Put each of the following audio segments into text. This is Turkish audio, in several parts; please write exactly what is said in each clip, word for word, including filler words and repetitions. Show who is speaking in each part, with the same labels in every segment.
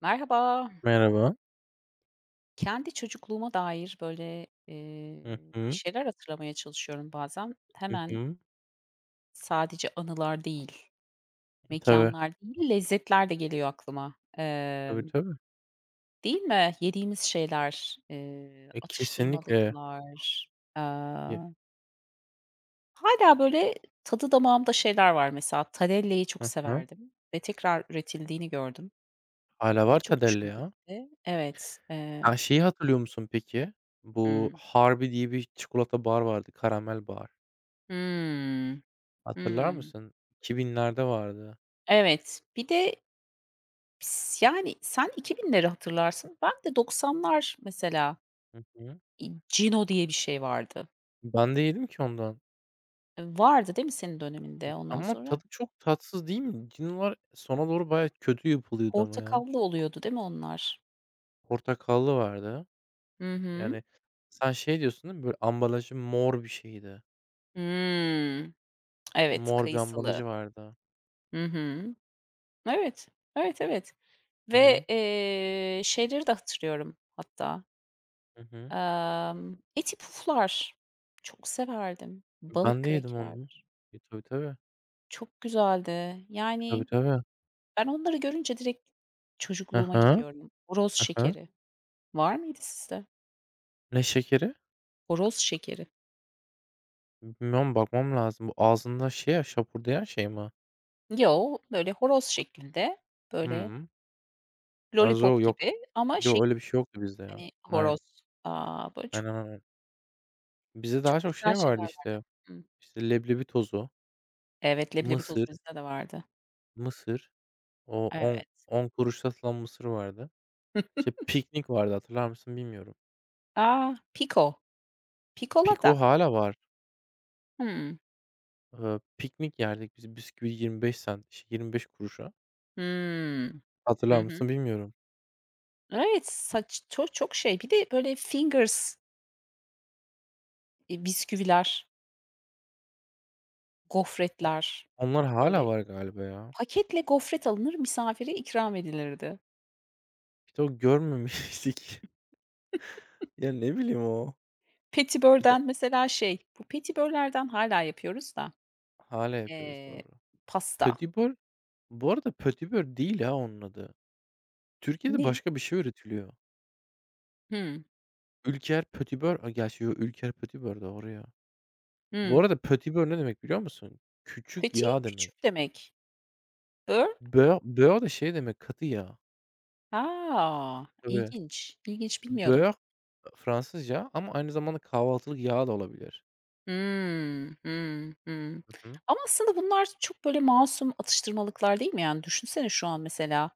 Speaker 1: Merhaba.
Speaker 2: Merhaba.
Speaker 1: Kendi çocukluğuma dair, böyle, eee,
Speaker 2: Hı
Speaker 1: bir
Speaker 2: hı.
Speaker 1: şeyler hatırlamaya çalışıyorum bazen.
Speaker 2: Hı
Speaker 1: Hemen
Speaker 2: hı.
Speaker 1: sadece anılar değil,
Speaker 2: Tabii.
Speaker 1: mekanlar değil, lezzetler de geliyor aklıma.
Speaker 2: Tabii,
Speaker 1: Emm,
Speaker 2: tabii.
Speaker 1: değil mi? Yediğimiz şeyler, eee,
Speaker 2: E, kesinlikle.
Speaker 1: atıştırmalıklar,
Speaker 2: Ye
Speaker 1: aaa, hâlâ, böyle, tadı damağımda şeyler var mesela. Tadelle'yi çok
Speaker 2: hı hı.
Speaker 1: severdim ve tekrar üretildiğini gördüm.
Speaker 2: Hâlâ
Speaker 1: E,
Speaker 2: var
Speaker 1: çok
Speaker 2: Tadelle
Speaker 1: hoşuma
Speaker 2: ya.
Speaker 1: gitti. Evet. Eee
Speaker 2: Ha, şeyi hatırlıyor musun peki? Bu
Speaker 1: Hımm.
Speaker 2: Harbi diye bir çikolata bar vardı, karamel bar.
Speaker 1: Hımm.
Speaker 2: Hatırlar
Speaker 1: Hımm.
Speaker 2: mısın? İki binlerde vardı.
Speaker 1: Evet, bir de s yani sen iki binleri hatırlarsın. Ben de doksanlar mesela,
Speaker 2: Hı hı.
Speaker 1: iii, Cino diye bir şey vardı.
Speaker 2: Ben de yedim ki ondan.
Speaker 1: Eee, vardı değil mi senin döneminde?
Speaker 2: İ
Speaker 1: Ondan
Speaker 2: ama
Speaker 1: sonra
Speaker 2: tadı çok tatsız değil mi? Cinolar sona doğru bayağı kötü yapılıyordu ama ya.
Speaker 1: portakallı oluyordu değil mi onlar?
Speaker 2: Portakallı vardı.
Speaker 1: Hı hı.
Speaker 2: Yani sen şey diyorsun değil mi? Böyle ambalajı mor bir şeydi.
Speaker 1: Hımm. Evet,
Speaker 2: Mor bir
Speaker 1: kayısılı.
Speaker 2: ambalajı vardı.
Speaker 1: Hı hı. Evet, evet, evet
Speaker 2: Hı
Speaker 1: ve,
Speaker 2: hı.
Speaker 1: eee, şeyleri de hatırlıyorum hatta,
Speaker 2: Hı hı.
Speaker 1: emm, Eti Puflar çok severdim. Balık
Speaker 2: Ben de yedim
Speaker 1: kraker
Speaker 2: onu. E, tabii, tabii.
Speaker 1: çok güzeldi.
Speaker 2: Tabii,
Speaker 1: Yani
Speaker 2: tabii.
Speaker 1: ben onları görünce direkt
Speaker 2: Hı
Speaker 1: çocukluğuma
Speaker 2: hı.
Speaker 1: gidiyorum. Horoz
Speaker 2: Hı hı.
Speaker 1: şekeri. Var mıydı sizde?
Speaker 2: Ne şekeri?
Speaker 1: Horoz şekeri.
Speaker 2: Bilmiyorum, bakmam lazım. Bu ağzında şey ya, şapurdayan şey mi?
Speaker 1: Yo, böyle horoz şeklinde, böyle
Speaker 2: Hımm. Ha,
Speaker 1: lollipop
Speaker 2: yok.
Speaker 1: gibi ama şey,
Speaker 2: Yo, öyle bir şey yoktu bizde ya.
Speaker 1: hani,
Speaker 2: Aynen.
Speaker 1: horoz. Aaa, böyle çok
Speaker 2: Aynen, aynen. Bizde daha
Speaker 1: çok
Speaker 2: çok
Speaker 1: güzel
Speaker 2: şey
Speaker 1: şeyler
Speaker 2: vardı
Speaker 1: var.
Speaker 2: işte,
Speaker 1: Hı.
Speaker 2: işte leblebi tozu,
Speaker 1: Evet, leblebi tozu
Speaker 2: mısır,
Speaker 1: bizde de vardı.
Speaker 2: mısır, o
Speaker 1: Evet.
Speaker 2: on on kuruşa satılan mısır vardı. İşte piknik vardı, hatırlar mısın bilmiyorum.
Speaker 1: A! Piko.
Speaker 2: Piko
Speaker 1: Pikolata.
Speaker 2: hâlâ var.
Speaker 1: Hımm.
Speaker 2: Eee, piknik yerdik biz bisküvi yirmi beş sent, işte yirmi beş kuruşa.
Speaker 1: Hımm. Hı
Speaker 2: Hatırlar
Speaker 1: hı.
Speaker 2: mısın bilmiyorum.
Speaker 1: Evet, saç çok çok şey, bir de böyle fingers, iii, bisküviler,
Speaker 2: O
Speaker 1: gofretler,
Speaker 2: onlar hala
Speaker 1: böyle
Speaker 2: var galiba ya.
Speaker 1: paketle gofret alınır, misafire ikram edilirdi.
Speaker 2: İşte o görmemiştik. Ya, ne bileyim o. Bir de
Speaker 1: Petibörden mesela şey, bu petibörlerden hâlâ yapıyoruz da,
Speaker 2: hala yapıyoruz,
Speaker 1: eee,
Speaker 2: doğru.
Speaker 1: pasta.
Speaker 2: Pödibol bu arada pötibör değil ha onun adı. Türkiye'de
Speaker 1: Ne?
Speaker 2: başka bir şey üretiliyor.
Speaker 1: Hımm.
Speaker 2: Ülker pötibör a, gerçi yo, Ülker pötibör de oraya. Bu
Speaker 1: Hımm.
Speaker 2: arada pötibör ne demek biliyor musun? Küçük
Speaker 1: Petit
Speaker 2: yağ
Speaker 1: küçük
Speaker 2: demek.
Speaker 1: demek. Bör
Speaker 2: Beurre bö de şey demek, katı yağ.
Speaker 1: A!
Speaker 2: Tabii.
Speaker 1: İlginç, ilginç bilmiyordum.
Speaker 2: Beurre Fransızca ama aynı zamanda kahvaltılık yağ da olabilir.
Speaker 1: Hımm. Hımm, hımm.
Speaker 2: Hı hı.
Speaker 1: Ama aslında bunlar çok böyle masum atıştırmalıklar değil mi? Yani düşünsene şu an mesela,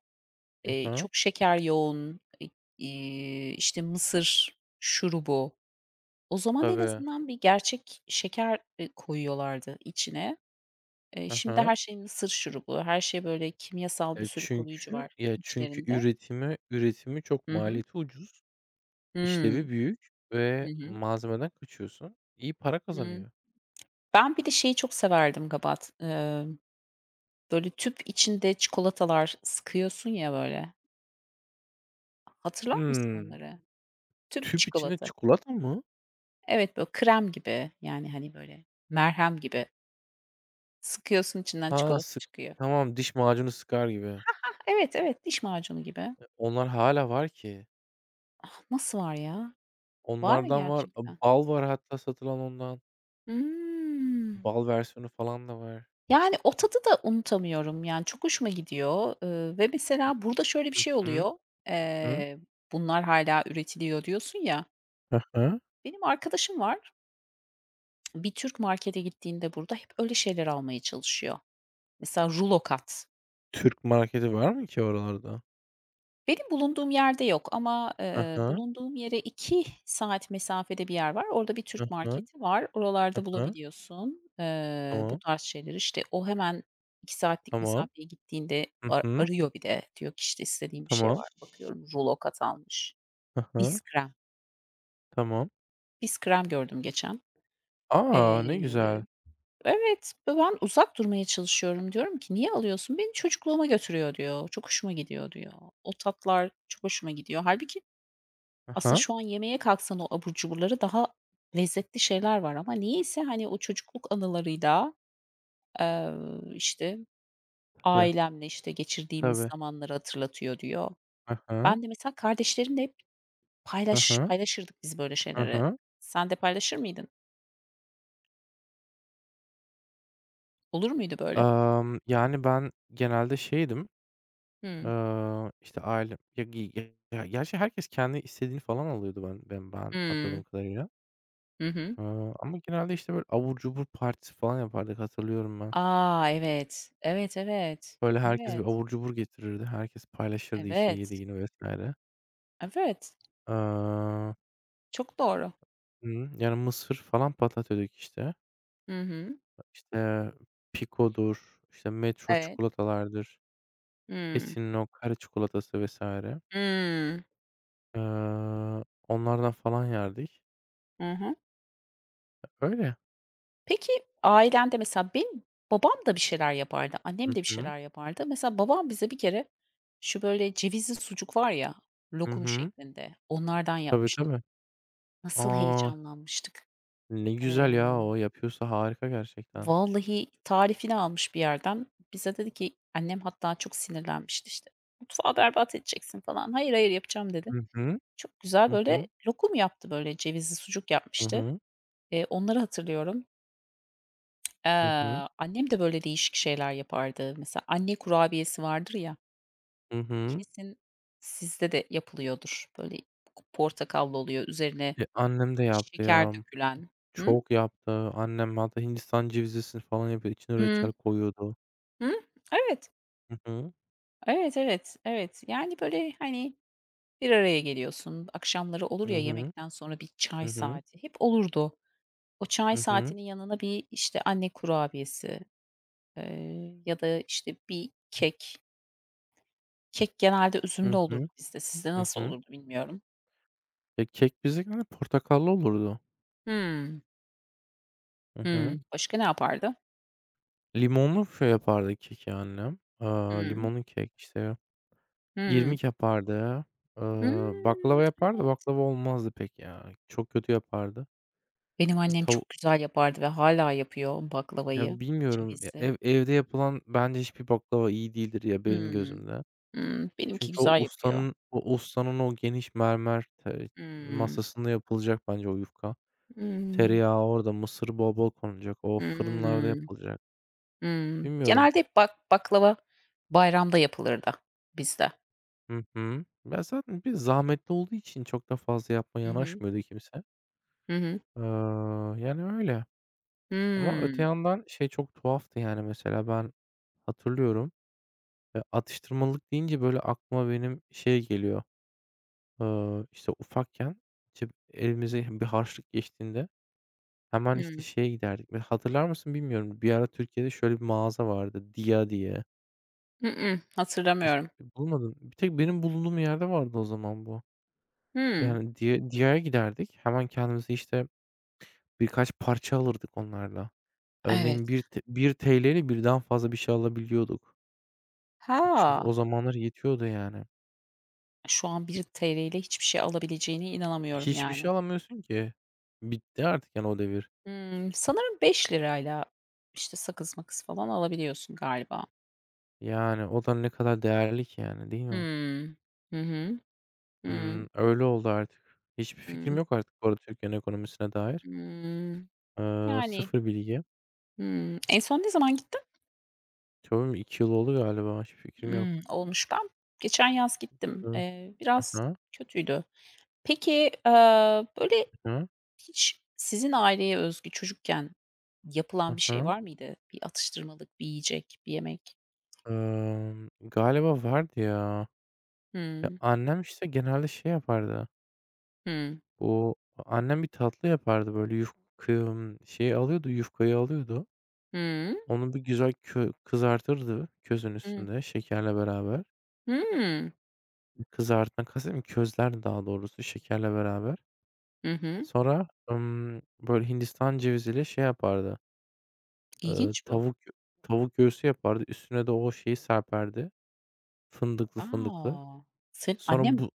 Speaker 2: Hı
Speaker 1: eee,
Speaker 2: hı.
Speaker 1: çok şeker yoğun, i iii, işte, mısır şurubu. O zaman en
Speaker 2: Tabii.
Speaker 1: azından bir gerçek şeker, eee, koyuyorlardı içine. Eee,
Speaker 2: Hı
Speaker 1: şimdi her
Speaker 2: hı.
Speaker 1: şey mısır şurubu, her şey böyle kimyasal bir
Speaker 2: Eee,
Speaker 1: sürü koruyucu
Speaker 2: çünkü
Speaker 1: var
Speaker 2: ya, çünkü
Speaker 1: içlerinde.
Speaker 2: üretimi üretimi çok
Speaker 1: Hı hı.
Speaker 2: maliyeti ucuz,
Speaker 1: Hımm.
Speaker 2: işlevi büyük
Speaker 1: Hı
Speaker 2: ve
Speaker 1: hı.
Speaker 2: malzemeden kaçıyorsun. İyi para
Speaker 1: Hımm.
Speaker 2: kazanıyor.
Speaker 1: Ben bir de şeyi çok severdim gabat. Emm, böyle tüp içinde çikolatalar sıkıyorsun ya böyle. Hatırlar mısın
Speaker 2: Hımm.
Speaker 1: onları? Tüp
Speaker 2: Tüp içinde
Speaker 1: çikolata.
Speaker 2: çikolata mı?
Speaker 1: Evet, böyle krem gibi yani, hani, böyle merhem gibi sıkıyorsun içinden
Speaker 2: Ha,
Speaker 1: çikolata
Speaker 2: sık
Speaker 1: çıkıyor.
Speaker 2: tamam, diş macunu sıkar gibi. E,
Speaker 1: Evet, evet, diş macunu gibi.
Speaker 2: onlar hala var ki.
Speaker 1: Nasıl var ya? Var mı
Speaker 2: Onlardan var. A,
Speaker 1: gerçekten?
Speaker 2: bal var hatta satılan ondan.
Speaker 1: Hımm.
Speaker 2: Bal versiyonu falan da var.
Speaker 1: Yani, o tadı da unutamıyorum, yani, çok hoşuma gidiyor, ııı, ve mesela burada şöyle bir
Speaker 2: Hı
Speaker 1: şey oluyor,
Speaker 2: hı.
Speaker 1: eee, bunlar hâlâ üretiliyor diyorsun ya,
Speaker 2: Hı hı.
Speaker 1: benim arkadaşım var, bir Türk markete gittiğinde burada hep öyle şeyler almaya çalışıyor. Mesela rulo kat.
Speaker 2: Türk marketi var mı ki oralarda?
Speaker 1: Benim bulunduğum yerde yok ama,
Speaker 2: Hı
Speaker 1: eee,
Speaker 2: hı.
Speaker 1: bulunduğum yere iki saat mesafede bir yer var. Orada bir
Speaker 2: Hı
Speaker 1: Türk
Speaker 2: hı.
Speaker 1: marketi var.
Speaker 2: Hı
Speaker 1: Oralarda
Speaker 2: hı.
Speaker 1: bulabiliyorsun, eee, bu
Speaker 2: Tamam,
Speaker 1: tarz şeyleri. İşte, o hemen iki saatlik
Speaker 2: tamam.
Speaker 1: mesafeye gittiğinde
Speaker 2: Hı
Speaker 1: ar
Speaker 2: hı.
Speaker 1: arıyor bir de. Diyor ki, işte, istediğim bir şey
Speaker 2: Tamam.
Speaker 1: var. Bakıyorum, rulo kat almış.
Speaker 2: Hı
Speaker 1: Diz
Speaker 2: hı.
Speaker 1: krem.
Speaker 2: Tamam.
Speaker 1: Diz krem gördüm geçen.
Speaker 2: A! Ne
Speaker 1: Eee,
Speaker 2: güzel.
Speaker 1: evet, ben uzak durmaya çalışıyorum. Diyorum ki, "Niye alıyorsun?" "Beni çocukluğuma götürüyor," diyor. "Çok hoşuma gidiyor," diyor. "O tatlar çok hoşuma gidiyor." Halbuki.
Speaker 2: Hı
Speaker 1: Aslında
Speaker 2: hı.
Speaker 1: şu an yemeye kalksan o abur cuburları daha lezzetli şeyler var ama niyeyse, hani, o çocukluk anılarıyla, eee, işte,
Speaker 2: Tabii,
Speaker 1: ailemle, işte, geçirdiğimiz
Speaker 2: tabii.
Speaker 1: zamanları hatırlatıyor diyor.
Speaker 2: Hı hı.
Speaker 1: Ben de mesela kardeşlerimle hep
Speaker 2: Hı
Speaker 1: paylaş
Speaker 2: hı.
Speaker 1: paylaşırdık biz böyle şeyleri. Sen de paylaşır mıydın? Olur muydu böyle?
Speaker 2: Yani, ben genelde şeydim,
Speaker 1: Hımm.
Speaker 2: eee, işte, aile ya gi ya gerçi herkes kendi istediğini falan alıyordu ben ben ben hatırladığım
Speaker 1: Hımm.
Speaker 2: kadarıyla.
Speaker 1: Hı hı.
Speaker 2: Iıı, ama genelde, işte, böyle abur cubur partisi falan yapardık hatırlıyorum ben.
Speaker 1: A! Evet. Evet, evet.
Speaker 2: Böyle herkes bir
Speaker 1: Evet.
Speaker 2: abur cubur getirirdi. Herkes paylaşırdı, işte,
Speaker 1: Evet.
Speaker 2: yediğini vesaire.
Speaker 1: Evet.
Speaker 2: Iıı,
Speaker 1: Çok doğru.
Speaker 2: hı, yani, mısır falan patlatıyorduk, işte.
Speaker 1: Hı hı.
Speaker 2: İşte, Pico'dur, işte, Metro
Speaker 1: Evet.
Speaker 2: çikolatalardır,
Speaker 1: Hımm.
Speaker 2: Esin'in o kare çikolatası vesaire.
Speaker 1: Hımm.
Speaker 2: Eee, onlardan falan yerdik.
Speaker 1: Hı hı.
Speaker 2: Öyle.
Speaker 1: Peki, ailende mesela benim babam da bir şeyler yapardı, annem
Speaker 2: Hı
Speaker 1: de bir
Speaker 2: hı.
Speaker 1: şeyler yapardı. Mesela babam bize bir kere şu böyle cevizli sucuk var ya,
Speaker 2: Hı
Speaker 1: lokum
Speaker 2: hı.
Speaker 1: şeklinde, onlardan
Speaker 2: Tabii,
Speaker 1: yapmıştı.
Speaker 2: tabii.
Speaker 1: Nasıl
Speaker 2: Aa,
Speaker 1: heyecanlanmıştık.
Speaker 2: ne güzel
Speaker 1: Eee,
Speaker 2: ya o. Yapıyorsa harika gerçekten.
Speaker 1: Vallahi tarifini almış bir yerden. Bize dedi ki annem hatta çok sinirlenmişti işte. "Mutfağı berbat edeceksin," falan. "Hayır, hayır, yapacağım," dedi.
Speaker 2: Hı hı.
Speaker 1: Çok güzel
Speaker 2: Hı
Speaker 1: böyle
Speaker 2: hı.
Speaker 1: lokum yaptı, böyle cevizli sucuk
Speaker 2: Hı
Speaker 1: yapmıştı.
Speaker 2: hı.
Speaker 1: Eee, onları hatırlıyorum.
Speaker 2: Hı hı.
Speaker 1: Eee, annem de böyle değişik şeyler yapardı. Mesela anne kurabiyesi vardır ya,
Speaker 2: Hı hı.
Speaker 1: kesin sizde de yapılıyordur. Böyle portakallı oluyor, üzerine
Speaker 2: E, annem de yaptı
Speaker 1: şeker
Speaker 2: ya.
Speaker 1: dökülen. Hı?
Speaker 2: Çok yaptı. Annem hatta Hindistan cevizlisini falan yapıyor. İçine
Speaker 1: Hı,
Speaker 2: reçel koyuyordu.
Speaker 1: hı. Evet,
Speaker 2: Hı hı.
Speaker 1: evet, evet, evet. Yani böyle, hani, bir araya geliyorsun. Akşamları olur
Speaker 2: Hı
Speaker 1: ya
Speaker 2: hı.
Speaker 1: yemekten sonra bir
Speaker 2: Hı
Speaker 1: çay
Speaker 2: hı.
Speaker 1: saati, hep olurdu. O çay
Speaker 2: Hı hı.
Speaker 1: saatinin yanına bir, işte, anne kurabiyesi, eee, ya da, işte, bir kek. Kek genelde üzümlü
Speaker 2: Hı
Speaker 1: olurdu
Speaker 2: hı.
Speaker 1: bizde. Sizde
Speaker 2: Hı hı.
Speaker 1: nasıl
Speaker 2: Hı hı.
Speaker 1: olurdu bilmiyorum.
Speaker 2: E, kek bizdeki hani portakallı olurdu.
Speaker 1: Hımm.
Speaker 2: Hı hı.
Speaker 1: Hımm. Başka ne yapardı?
Speaker 2: Limonlu şey yapardı keki annem. Aaa,
Speaker 1: Hımm.
Speaker 2: limonlu kek, işte,
Speaker 1: Hımm.
Speaker 2: irmik yapardı. Iıı,
Speaker 1: Hımm.
Speaker 2: baklava yapardı,
Speaker 1: Evet.
Speaker 2: baklava olmazdı pek ya. Çok kötü yapardı.
Speaker 1: Benim
Speaker 2: İşte,
Speaker 1: annem
Speaker 2: tavu
Speaker 1: çok güzel yapardı ve hâlâ yapıyor baklavayı,
Speaker 2: ya bilmiyorum ya
Speaker 1: cevizi.
Speaker 2: ev evde yapılan bence hiçbir baklava iyi değildir ya benim
Speaker 1: Hımm.
Speaker 2: gözümde.
Speaker 1: Hımm. Benimki
Speaker 2: Çünkü o
Speaker 1: güzel yapıyor.
Speaker 2: ustanın o ustanın o geniş mermer te
Speaker 1: Hımm.
Speaker 2: masasında yapılacak bence o yufka.
Speaker 1: Hımm.
Speaker 2: Tereyağı orada, mısır bol bol konulacak. O fırınlarda
Speaker 1: Hımm.
Speaker 2: yapılacak.
Speaker 1: Hımm.
Speaker 2: Bilmiyorum.
Speaker 1: Genelde hep bak baklava bayramda yapılırdı bizde.
Speaker 2: Hı hı. Ya, zaten bir zahmetli olduğu için çok da fazla yapmaya
Speaker 1: Hı hı.
Speaker 2: yanaşmıyordu kimse.
Speaker 1: Hı hı.
Speaker 2: Eee, yani öyle. Ama öte
Speaker 1: Hımm.
Speaker 2: yandan şey çok tuhaftı, yani, mesela ben hatırlıyorum, eee, atıştırmalık deyince böyle aklıma benim şey geliyor, eee, işte, ufakken cep elimize bir harçlık geçtiğinde hemen, işte,
Speaker 1: Hımm.
Speaker 2: şeye giderdik. Böyle hatırlar mısın bilmiyorum. Bir ara Türkiye'de şöyle bir mağaza vardı, Dia diye.
Speaker 1: I ıh,
Speaker 2: Hiç
Speaker 1: hatırlamıyorum.
Speaker 2: bulmadın. Bir tek benim bulunduğum yerde vardı o zaman bu.
Speaker 1: Hımm.
Speaker 2: Yani, Dia DİA'ya giderdik. Hemen kendimize, işte birkaç parça alırdık onlarla.
Speaker 1: Evet.
Speaker 2: Örneğin bir T ₺birle birden fazla bir şey alabiliyorduk. Çünkü o
Speaker 1: Ha!
Speaker 2: zamanlar yetiyordu yani.
Speaker 1: Şu an ₺bir lira ile hiçbir şey alabileceğine inanamıyorum
Speaker 2: Hiçbir
Speaker 1: yani.
Speaker 2: şey alamıyorsun ki. Bitti artık yani o devir.
Speaker 1: Hımm, sanırım beş lirayla işte sakız makız falan alabiliyorsun galiba.
Speaker 2: Yani o da ne kadar değerli ki yani değil mi?
Speaker 1: Hımm. Hı hı.
Speaker 2: Imm,
Speaker 1: Hımm.
Speaker 2: öyle oldu artık. Hiçbir fikrim
Speaker 1: Hımm.
Speaker 2: yok artık bu arada Türkiye'nin ekonomisine dair.
Speaker 1: Hımm.
Speaker 2: Eee,
Speaker 1: Yani,
Speaker 2: sıfır bilgi.
Speaker 1: hımm. En son ne zaman gittin?
Speaker 2: Tabii mi? iki yıl oldu galiba. Hiçbir fikrim yok.
Speaker 1: Hımm, olmuş. Ben geçen yaz gittim.
Speaker 2: Hı hı.
Speaker 1: Eee,
Speaker 2: Hı
Speaker 1: biraz
Speaker 2: hı.
Speaker 1: kötüydü. Peki, eee, böyle
Speaker 2: Hı
Speaker 1: hiç sizin aileye özgü çocukken yapılan
Speaker 2: hı.
Speaker 1: bir şey
Speaker 2: Hı.
Speaker 1: var mıydı? Bir atıştırmalık, bir yiyecek, bir yemek?
Speaker 2: Emm, galiba vardı ya. Ya,
Speaker 1: Hımm.
Speaker 2: annem, işte, genelde şey yapardı.
Speaker 1: Hı.
Speaker 2: Bu annem bir tatlı yapardı böyle yuf kıym şeyi alıyordu, yufkayı alıyordu.
Speaker 1: Hı.
Speaker 2: Onu bir güzel kö kızartırdı közün
Speaker 1: Hıı.
Speaker 2: üstünde şekerle beraber.
Speaker 1: Hımm.
Speaker 2: Kızartmak kastetmiyorum, közlerdi daha doğrusu şekerle beraber.
Speaker 1: Hı hı.
Speaker 2: Sonra, ımm, böyle Hindistan ceviziyle şey yapardı, ııı,
Speaker 1: İlginç bu.
Speaker 2: tavuk tavuk göğsü yapardı. Üstüne de o şeyi serperdi, fındıklı
Speaker 1: A!
Speaker 2: fındıklı.
Speaker 1: Senin
Speaker 2: Sonra
Speaker 1: annen
Speaker 2: bu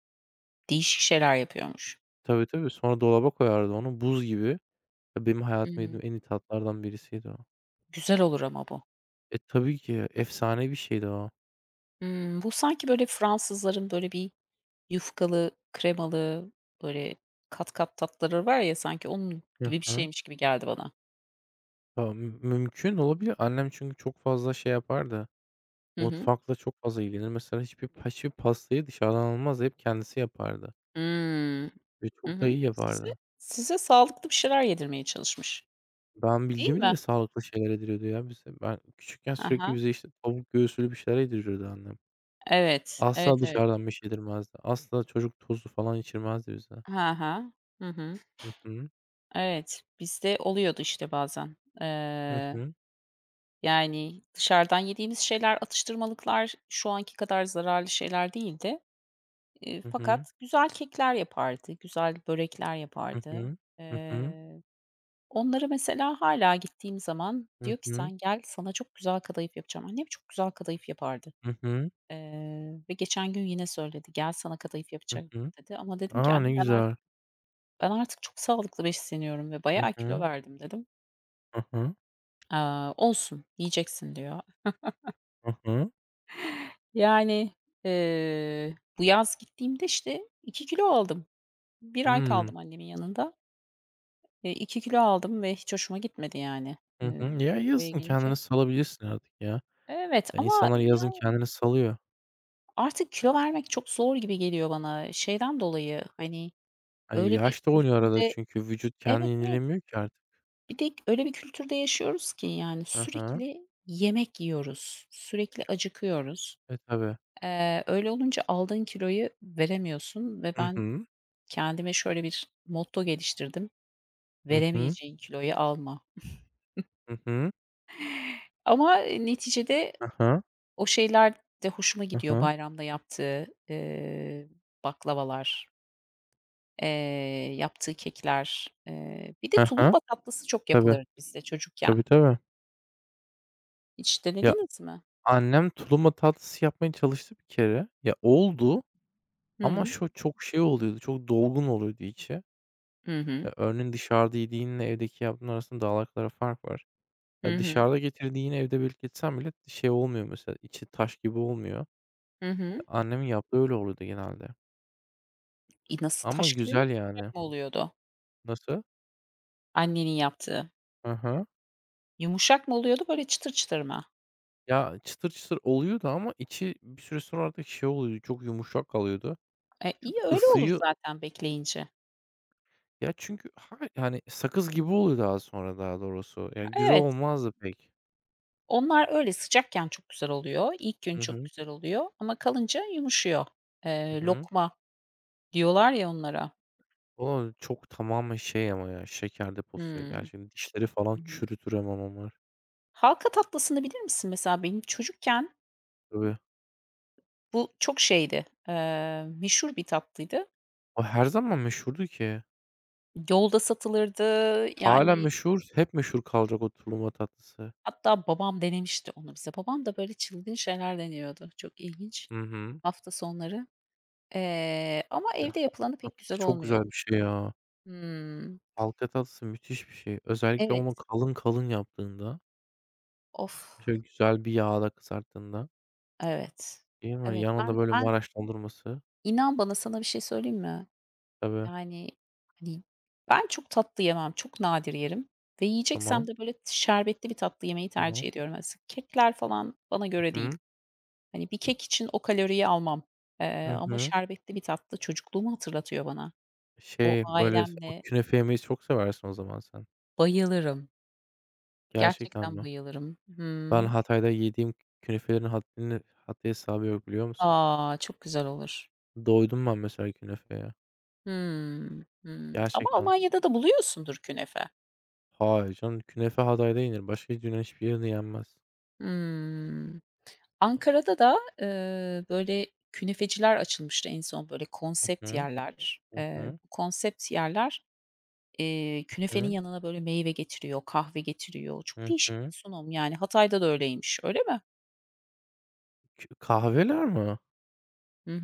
Speaker 1: değişik şeyler yapıyormuş.
Speaker 2: tabii, tabii. Sonra dolaba koyardı onu buz gibi. Ya, benim hayatımda
Speaker 1: Hımm.
Speaker 2: yediğim en iyi tatlardan birisiydi o.
Speaker 1: Güzel olur ama bu.
Speaker 2: E, tabii ki efsane bir şeydi o.
Speaker 1: Hımm. Bu sanki böyle Fransızların böyle bir yufkalı, kremalı, böyle kat kat tatlıları var ya sanki onun
Speaker 2: Hı
Speaker 1: gibi bir
Speaker 2: hı.
Speaker 1: şeymiş gibi geldi bana.
Speaker 2: A, mü mümkün olabilir. Annem çünkü çok fazla şey yapardı.
Speaker 1: Hı hı.
Speaker 2: Mutfakla çok fazla ilgilenir. Mesela hiçbir pa hiçbir pastayı dışarıdan almazdı. Hep kendisi yapardı
Speaker 1: Hımm.
Speaker 2: ve
Speaker 1: Hı
Speaker 2: çok da iyi
Speaker 1: hı. Sizi
Speaker 2: yapardı.
Speaker 1: size sağlıklı bir şeyler yedirmeye çalışmış,
Speaker 2: Ben
Speaker 1: değil
Speaker 2: bildiğim
Speaker 1: mi?
Speaker 2: bileli sağlıklı şeyler yediriyordu ya bize. Ben küçükken
Speaker 1: Hı
Speaker 2: sürekli
Speaker 1: hı.
Speaker 2: bize, işte, tavuk göğsülü bir şeyler yediriyordu annem.
Speaker 1: Evet,
Speaker 2: Asla
Speaker 1: evet, evet.
Speaker 2: dışarıdan bir şey yedirmezdi. Asla çocuk tozu falan içirmezdi bize.
Speaker 1: Hı hı. Hı hı.
Speaker 2: Hı hı.
Speaker 1: Evet, bizde oluyordu işte bazen.
Speaker 2: Hı
Speaker 1: Eee,
Speaker 2: hı.
Speaker 1: yani dışarıdan yediğimiz şeyler, atıştırmalıklar şu anki kadar zararlı şeyler değildi. Eee,
Speaker 2: Hı hı.
Speaker 1: fakat güzel kekler yapardı, güzel börekler
Speaker 2: Hı
Speaker 1: yapardı.
Speaker 2: hı. Hı hı.
Speaker 1: Eee, Onları mesela hala gittiğim zaman
Speaker 2: Hı
Speaker 1: diyor ki
Speaker 2: hı.
Speaker 1: "Sen gel, sana çok güzel kadayıf yapacağım." Annem çok güzel kadayıf yapardı.
Speaker 2: Hı hı.
Speaker 1: Eee, ve geçen gün yine söyledi, "Gel, sana kadayıf
Speaker 2: Hı
Speaker 1: yapacağım,"
Speaker 2: hı.
Speaker 1: dedi. Ama dedim ki
Speaker 2: A!
Speaker 1: "Anne
Speaker 2: Ne
Speaker 1: ben artık
Speaker 2: güzel.
Speaker 1: ben artık çok sağlıklı besleniyorum ve
Speaker 2: Hı
Speaker 1: bayağı kilo
Speaker 2: hı.
Speaker 1: verdim," dedim.
Speaker 2: Hı hı.
Speaker 1: Aaa, "Olsun, yiyeceksin," diyor.
Speaker 2: Hı hı.
Speaker 1: Yani, eee, bu yaz gittiğimde, işte, iki kilo aldım. Bir ay
Speaker 2: Hımm.
Speaker 1: kaldım annemin yanında. Eee, 2 kilo aldım ve hiç hoşuma gitmedi yani.
Speaker 2: Hı hı.
Speaker 1: Eee,
Speaker 2: Ya,
Speaker 1: Buraya
Speaker 2: yazın
Speaker 1: gelince.
Speaker 2: kendini salabilirsin artık ya.
Speaker 1: Evet
Speaker 2: Ya,
Speaker 1: ama
Speaker 2: insanlar yazın
Speaker 1: yani
Speaker 2: kendini salıyor.
Speaker 1: artık kilo vermek çok zor gibi geliyor bana. Şeyden dolayı, hani,
Speaker 2: Ay,
Speaker 1: öyle bir
Speaker 2: yağış da oynuyor arada
Speaker 1: kültürde.
Speaker 2: çünkü vücut kendini
Speaker 1: Evet, evet.
Speaker 2: yenilemiyor ki artık.
Speaker 1: Bir de öyle bir kültürde yaşıyoruz ki yani
Speaker 2: Hı hı.
Speaker 1: sürekli yemek yiyoruz, sürekli acıkıyoruz.
Speaker 2: E, tabii.
Speaker 1: Eee, öyle olunca aldığın kiloyu veremiyorsun ve
Speaker 2: Hı
Speaker 1: ben
Speaker 2: hı.
Speaker 1: kendime şöyle bir motto geliştirdim:
Speaker 2: Hı hı.
Speaker 1: "Veremeyeceğin kiloyu alma."
Speaker 2: Hı hı.
Speaker 1: Ama, neticede
Speaker 2: Hı hı.
Speaker 1: o şeyler de hoşuma
Speaker 2: Hı
Speaker 1: gidiyor.
Speaker 2: hı.
Speaker 1: Bayramda yaptığı, eee, baklavalar, eee, yaptığı kekler, eee, bir de
Speaker 2: Hı hı.
Speaker 1: tulumba tatlısı çok
Speaker 2: Tabii.
Speaker 1: yapılırdı bizde çocukken.
Speaker 2: Tabii, tabii.
Speaker 1: Hiç
Speaker 2: Ya,
Speaker 1: denediniz mi?
Speaker 2: annem tulumba tatlısı yapmaya çalıştı bir kere. Ya, oldu ama
Speaker 1: Hıı.
Speaker 2: şu çok şey oluyordu, çok dolgun oluyordu içi.
Speaker 1: Hı hı.
Speaker 2: Ya, örneğin dışarıda yediğinle evdeki yaptığın arasında dağlar kadar fark var.
Speaker 1: Hı
Speaker 2: Ya,
Speaker 1: hı.
Speaker 2: dışarıda getirdiği evde böyle geçsem bile şey olmuyor mesela, içi taş gibi olmuyor.
Speaker 1: Hı hı.
Speaker 2: Annemin yaptığı öyle oluyordu genelde
Speaker 1: İ nasıl,
Speaker 2: ama
Speaker 1: taş gibi mi,
Speaker 2: güzel
Speaker 1: yumuşak
Speaker 2: yani.
Speaker 1: mı oluyordu
Speaker 2: Nasıl?
Speaker 1: annenin yaptığı?
Speaker 2: Hı hı.
Speaker 1: Yumuşak mı oluyordu, böyle çıtır çıtır mı?
Speaker 2: Ya, çıtır çıtır oluyordu ama içi bir süre sonra artık şey oluyordu, çok yumuşak kalıyordu.
Speaker 1: E, iyi,
Speaker 2: Çünkü
Speaker 1: öyle olur
Speaker 2: ısıyı
Speaker 1: zaten bekleyince.
Speaker 2: ya, çünkü ha yani sakız gibi oluyor daha sonra daha doğrusu. Yani güzel
Speaker 1: Evet,
Speaker 2: olmazdı pek.
Speaker 1: onlar öyle sıcakken çok güzel oluyor. İlk gün
Speaker 2: Hı
Speaker 1: çok
Speaker 2: hı.
Speaker 1: güzel oluyor ama kalınca yumuşuyor.
Speaker 2: Hı
Speaker 1: Eee,
Speaker 2: hı.
Speaker 1: lokma diyorlar ya onlara.
Speaker 2: O çok tamamen şey ama ya, şeker deposu ya
Speaker 1: Hımm.
Speaker 2: gerçekten. Dişleri falan
Speaker 1: Hı hı.
Speaker 2: çürütür hemen onlar.
Speaker 1: Halka tatlısını bilir misin mesela? Benim çocukken
Speaker 2: Tabii.
Speaker 1: bu çok şeydi, eee, meşhur bir tatlıydı.
Speaker 2: O her zaman meşhurdu ki.
Speaker 1: Yolda satılırdı,
Speaker 2: Hâlen
Speaker 1: yani
Speaker 2: meşhur, hep meşhur kalacak o tulumba tatlısı.
Speaker 1: hatta babam denemişti onu bize. Babam da böyle çılgın şeyler deniyordu. Çok ilginç
Speaker 2: Hı hı.
Speaker 1: hafta sonları. Eee, ama
Speaker 2: Ya,
Speaker 1: evde
Speaker 2: halka
Speaker 1: yapılanı pek güzel
Speaker 2: tatlısı çok güzel
Speaker 1: olmuyordu.
Speaker 2: bir şey ya.
Speaker 1: Hımm.
Speaker 2: Halka tatlısı müthiş bir şey. Özellikle
Speaker 1: Evet.
Speaker 2: onu kalın kalın yaptığında,
Speaker 1: Of!
Speaker 2: şöyle güzel bir yağda kızarttığında,
Speaker 1: Evet.
Speaker 2: değil mi?
Speaker 1: Evet, ben
Speaker 2: Yanında böyle
Speaker 1: ben
Speaker 2: Maraş dondurması.
Speaker 1: inan bana sana bir şey söyleyeyim mi?
Speaker 2: Tabii.
Speaker 1: Yani, hani, ben çok tatlı yemem, çok nadir yerim ve yiyeceksem
Speaker 2: Tamam,
Speaker 1: de böyle şerbetli bir tatlı yemeyi
Speaker 2: tamam.
Speaker 1: tercih ediyorum. Mesela kekler falan bana
Speaker 2: Hı
Speaker 1: göre değil.
Speaker 2: hı.
Speaker 1: Hani, bir kek için o kaloriyi almam, eee,
Speaker 2: Hı
Speaker 1: ama
Speaker 2: hı.
Speaker 1: şerbetli bir tatlı çocukluğumu hatırlatıyor bana. O
Speaker 2: Şey, böyle s o
Speaker 1: ailemle
Speaker 2: künefe yemeyi çok seversin o zaman sen.
Speaker 1: bayılırım.
Speaker 2: Gerçekten
Speaker 1: Gerçekten
Speaker 2: mi?
Speaker 1: bayılırım.
Speaker 2: Ben
Speaker 1: Hımm.
Speaker 2: Hatay'da yediğim künefelerin haddini haddi hesabı yok biliyor musun?
Speaker 1: A! Çok güzel olur.
Speaker 2: Doydum ben mesela künefeye.
Speaker 1: Hımm. Hımm. Ama
Speaker 2: Gerçekten.
Speaker 1: Almanya'da da buluyorsundur künefe.
Speaker 2: Hayır canım, künefe Hatay'da yenir. Başka Yunan hiçbir yerde yenmez.
Speaker 1: Hımm. Ankara'da da, eee, böyle, künefeciler açılmıştı en son, böyle,
Speaker 2: Hı
Speaker 1: konsept
Speaker 2: hı.
Speaker 1: yerler.
Speaker 2: Hı
Speaker 1: Eee,
Speaker 2: hı.
Speaker 1: bu konsept yerler, eee, künefenin
Speaker 2: Hı.
Speaker 1: yanına, böyle, meyve getiriyor, kahve getiriyor. Çok
Speaker 2: Hı
Speaker 1: değişik bir
Speaker 2: hı.
Speaker 1: sunum, yani. Hatay'da da öyleymiş, öyle mi?
Speaker 2: Kü kahveler mi?
Speaker 1: Hı